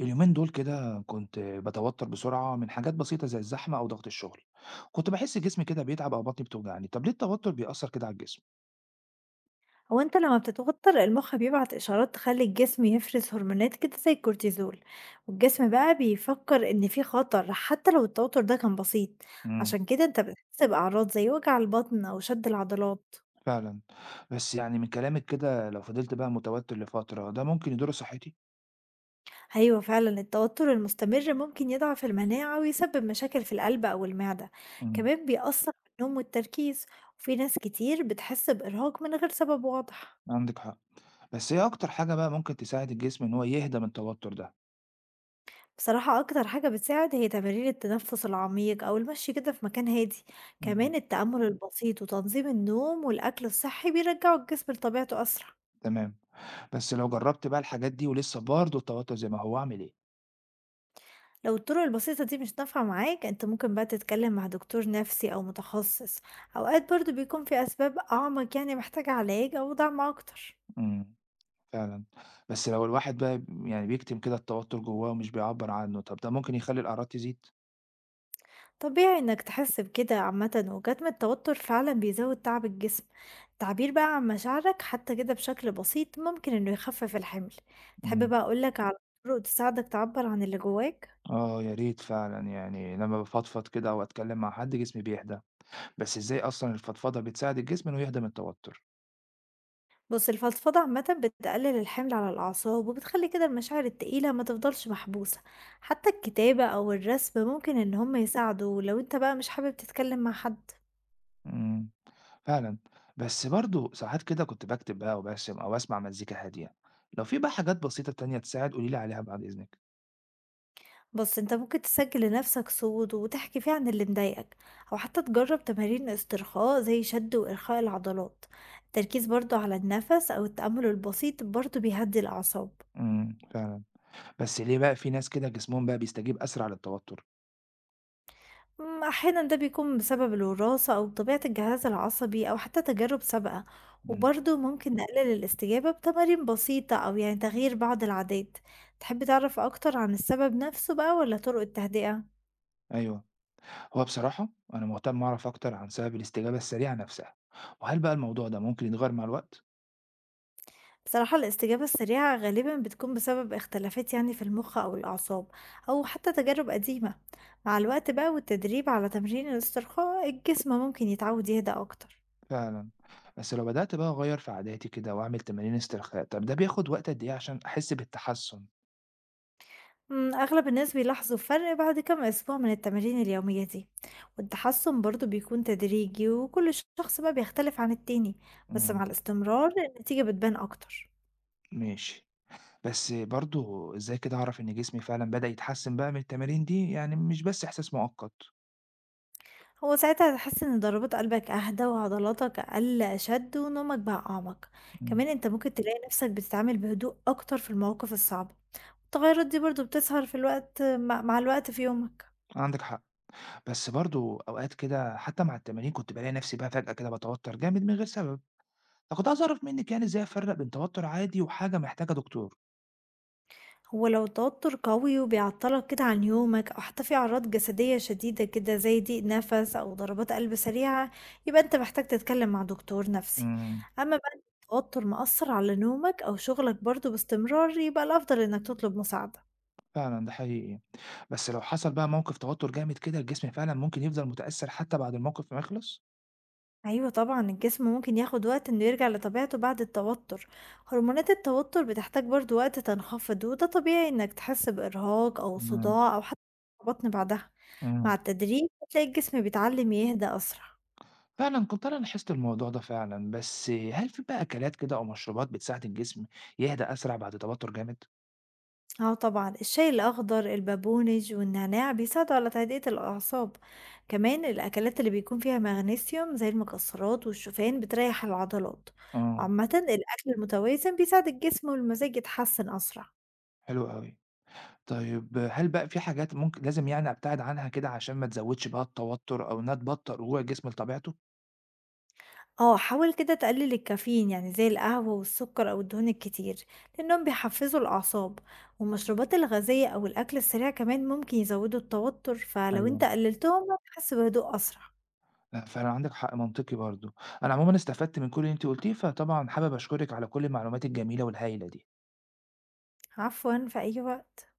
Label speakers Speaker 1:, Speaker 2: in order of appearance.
Speaker 1: اليومين دول كده كنت باتوتر بسرعة من حاجات بسيطة زي الزحمة أو ضغط الشغل، كنت باحس جسمي كده بيتعب أو بطني بتوجعني، طب ليه التوتر بيأثر كده على الجسم؟
Speaker 2: هو انت لما بتتوتر المخ بيبعت اشارات تخلي الجسم يفرز هرمونات كده زي الكورتيزول، والجسم بقى بيفكر ان في خطر حتى لو التوتر ده كان بسيط.
Speaker 1: امم
Speaker 2: عشان كده انت بتحس باعراض زي وجع البطن او شد العضلات.
Speaker 1: فعلا، بس يعني من كلامك كده لو فضلت بقى متوتر لفترة ده ممكن يضر صحتي؟
Speaker 2: ايوه فعلا التوتر المستمر ممكن يضعف المناعة ويسبب مشاكل في القلب او المعدة،
Speaker 1: امم
Speaker 2: كمان بيأثر في النوم والتركيز، وفي ناس كتير بتحس بإرهاق من غير سبب واضح.
Speaker 1: عندك حق، بس إيه أكتر حاجة بقى ممكن تساعد الجسم إن هو يهدى من التوتر ده؟
Speaker 2: بصراحة أكتر حاجة بتساعد هي تمارين التنفس العميق أو المشي كده في مكان هادي،
Speaker 1: امم
Speaker 2: كمان التأمل البسيط وتنظيم النوم والأكل الصحي بيرجعوا الجسم لطبيعته أسرع.
Speaker 1: تمام، بس لو جربت بقى الحاجات دي ولسه برضه التوتر زي ما هو أعمل إيه؟
Speaker 2: لو الطرق البسيطة دي مش نافعة معاك أنت ممكن بقى تتكلم مع دكتور نفسي أو متخصص، أوقات برضو بيكون في أسباب أعمق يعني محتاجة علاج أو دعم أكتر.
Speaker 1: امم فعلًا، بس لو الواحد بقى بيكتم كده التوتر جواه ومش بيعبّر عنه، طب ده ممكن يخلّي الأعراض تزيد؟
Speaker 2: طبيعي إنك تحس بكده عامةً، وكتم التوتر فعلًا بيزود تعب الجسم، التعبير بقى عن مشاعرك حتى كده بشكل بسيط ممكن إنه يخفف الحمل، تحب
Speaker 1: إمم،
Speaker 2: بقى أقول لك على طرق تساعدك تعبر عن اللي جواك؟
Speaker 1: آه يا ريت فعلًا، يعني لمّا بافضفض كده أو أتكلّم مع حد جسمي بيهدى، بس إزاي أصلًا الفضفضة بتساعد الجسم إنه يهدى من التوتر؟
Speaker 2: بُص الفضفضة عامةً بتقلل الحمل على الأعصاب، وبتخلي كده المشاعر التقيلة ما تفضلش محبوسة، حتى الكتابة أو الرسم ممكن إن هُم يساعدوا لو أنت بقى مش حابب تتكلم مع حد.
Speaker 1: إمم، فعلًا، بس برضه ساعات كده كنت باكتب بقى وبارسم أو أسمع مزيكا هادية، لو في بقى حاجات بسيطة تانية تساعد قولي لي عليها بعد إذنِك.
Speaker 2: بص انت ممكن تسجل لنفسك صوت وتحكي فيه عن اللي مضايقك، او حتى تجرب تمارين استرخاء زي شد وارخاء العضلات. التركيز برضو على النفس او التأمل البسيط برضو بيهدي الاعصاب.
Speaker 1: فعلًا، بس ليه بقى في ناس كده جسمهم بقى بيستجيب أسرع للتوتر؟
Speaker 2: احيانا ده بيكون بسبب الوراثة او طبيعة الجهاز العصبي او حتى تجارب سابقة،
Speaker 1: إمم،
Speaker 2: وبرضو ممكن نقلل الاستجابة بتمارين بسيطة او يعني تغيير بعض العادات. تحب تعرف اكتر عن السبب نفسه بقى ولا طرق التهدئة؟
Speaker 1: أيوه. هو بصراحة أنا مهتم أعرف أكتر عن سبب الاستجابة السريعة نفسها وهل بقى الموضوع ده ممكن يتغير مع الوقت؟
Speaker 2: بصراحة الاستجابة السريعة غالبا بتكون بسبب اختلافات يعني في المخ أو الأعصاب أو حتى تجارب قديمة. مع الوقت بقى والتدريب على تمرين الاسترخاء الجسم ممكن يتعود يهدى أكتر.
Speaker 1: فعلا. بس لو بدأت بقى أغير في عاداتي كده وأعمل تمارين استرخاء طب ده بياخد وقت قد إيه عشان أحس بالتحسن؟
Speaker 2: أغلب الناس بيلاحظوا فرق بعد كم أسبوع من التمارين اليومية دي، والتحسن برضو بيكون تدريجي وكل شخص بقى بيختلف عن التاني، بس
Speaker 1: امم
Speaker 2: مع الاستمرار النتيجة بتبان أكتر.
Speaker 1: ماشي. بس برضو إزاي كده أعرف إن جسمي فعلا بدأ يتحسن بقى من التمارين دي يعني مش بس إحساس مؤقت؟
Speaker 2: هو ساعتها هتحس ان ضربات قلبك اهدى وعضلاتك اقل اشد ونومك بقى اعمق.
Speaker 1: امم
Speaker 2: كمان انت ممكن تلاقي نفسك بتتعامل بهدوء اكتر في المواقف الصعبة. التغيرات دي برضو بتظهر في الوقت مع الوقت في يومك.
Speaker 1: عندك حق. بس برضو أوقات كده حتى مع التمارين كنت بلاقي نفسي بقى فجأة كده بتوتر جامد من غير سبب، فكنت عايز أعرف منك يعني إزاي أفرق بين توتر عادي وحاجة محتاجة دكتور.
Speaker 2: هو لو التوتر قوي وبيعطلك كده عن يومك او حتى في اعراض جسدية شديدة كده زي ضيق نفس او ضربات قلب سريعة يبقى انت محتاج تتكلم مع دكتور نفسي.
Speaker 1: إمم،
Speaker 2: اما بقى التوتر مأثر على نومك او شغلك برضو باستمرار يبقى الافضل انك تطلب مساعدة.
Speaker 1: فعلًا ده حقيقي، بس لو حصل بقى موقف توتر جامد كده الجسم فعلًا ممكن يفضل متأثر حتى بعد الموقف ما يخلص؟
Speaker 2: أيوة طبعا الجسم ممكن ياخد وقت إنه يرجع لطبيعته بعد التوتر، هرمونات التوتر بتحتاج برضو وقت تنخفض وده طبيعي إنك تحس بإرهاق أو
Speaker 1: إمم،
Speaker 2: صداع أو حتى بطن بعدها.
Speaker 1: إمم،
Speaker 2: مع التدريب بتلاقي الجسم بيتعلم يهدى أسرع.
Speaker 1: فعلًا كنت أنا لاحظت الموضوع ده فعلًا، بس هل في بقى أكلات كده أو مشروبات بتساعد الجسم يهدى أسرع بعد توتر جامد؟
Speaker 2: اه طبعا الشاي الأخضر البابونج والنعناع بيساعدوا على تهدئة الأعصاب، كمان الأكلات اللي بيكون فيها مغنيسيوم زي المكسرات والشوفان بتريح العضلات.
Speaker 1: آه،
Speaker 2: عامة الأكل المتوازن بيساعد الجسم والمزاج يتحسن أسرع.
Speaker 1: حلو أوي، طيب هل بقى في حاجات ممكن لازم يعني أبتعد عنها كده عشان ما تزودش بقى التوتر أو إنها تبطّأ رجوع الجسم لطبيعته؟
Speaker 2: آه، حاول كده تقلل الكافيين يعني زي القهوة والسكر أو الدهون الكتير لأنهم بيحفزوا الأعصاب، والمشروبات الغازية أو الأكل السريع كمان ممكن يزودوا التوتر فلو
Speaker 1: أيوه.
Speaker 2: أنت قللتهم هتحس بهدوء أسرع.
Speaker 1: لأ، فعلًا عندِك حق منطقي برضه. أنا عمومًا استفدت من كل اللي أنتِ قُلتيه، فطبعًا حابب أشكرِك على كل المعلومات الجميلة والهايلة دي.
Speaker 2: عفوا في أي وقت.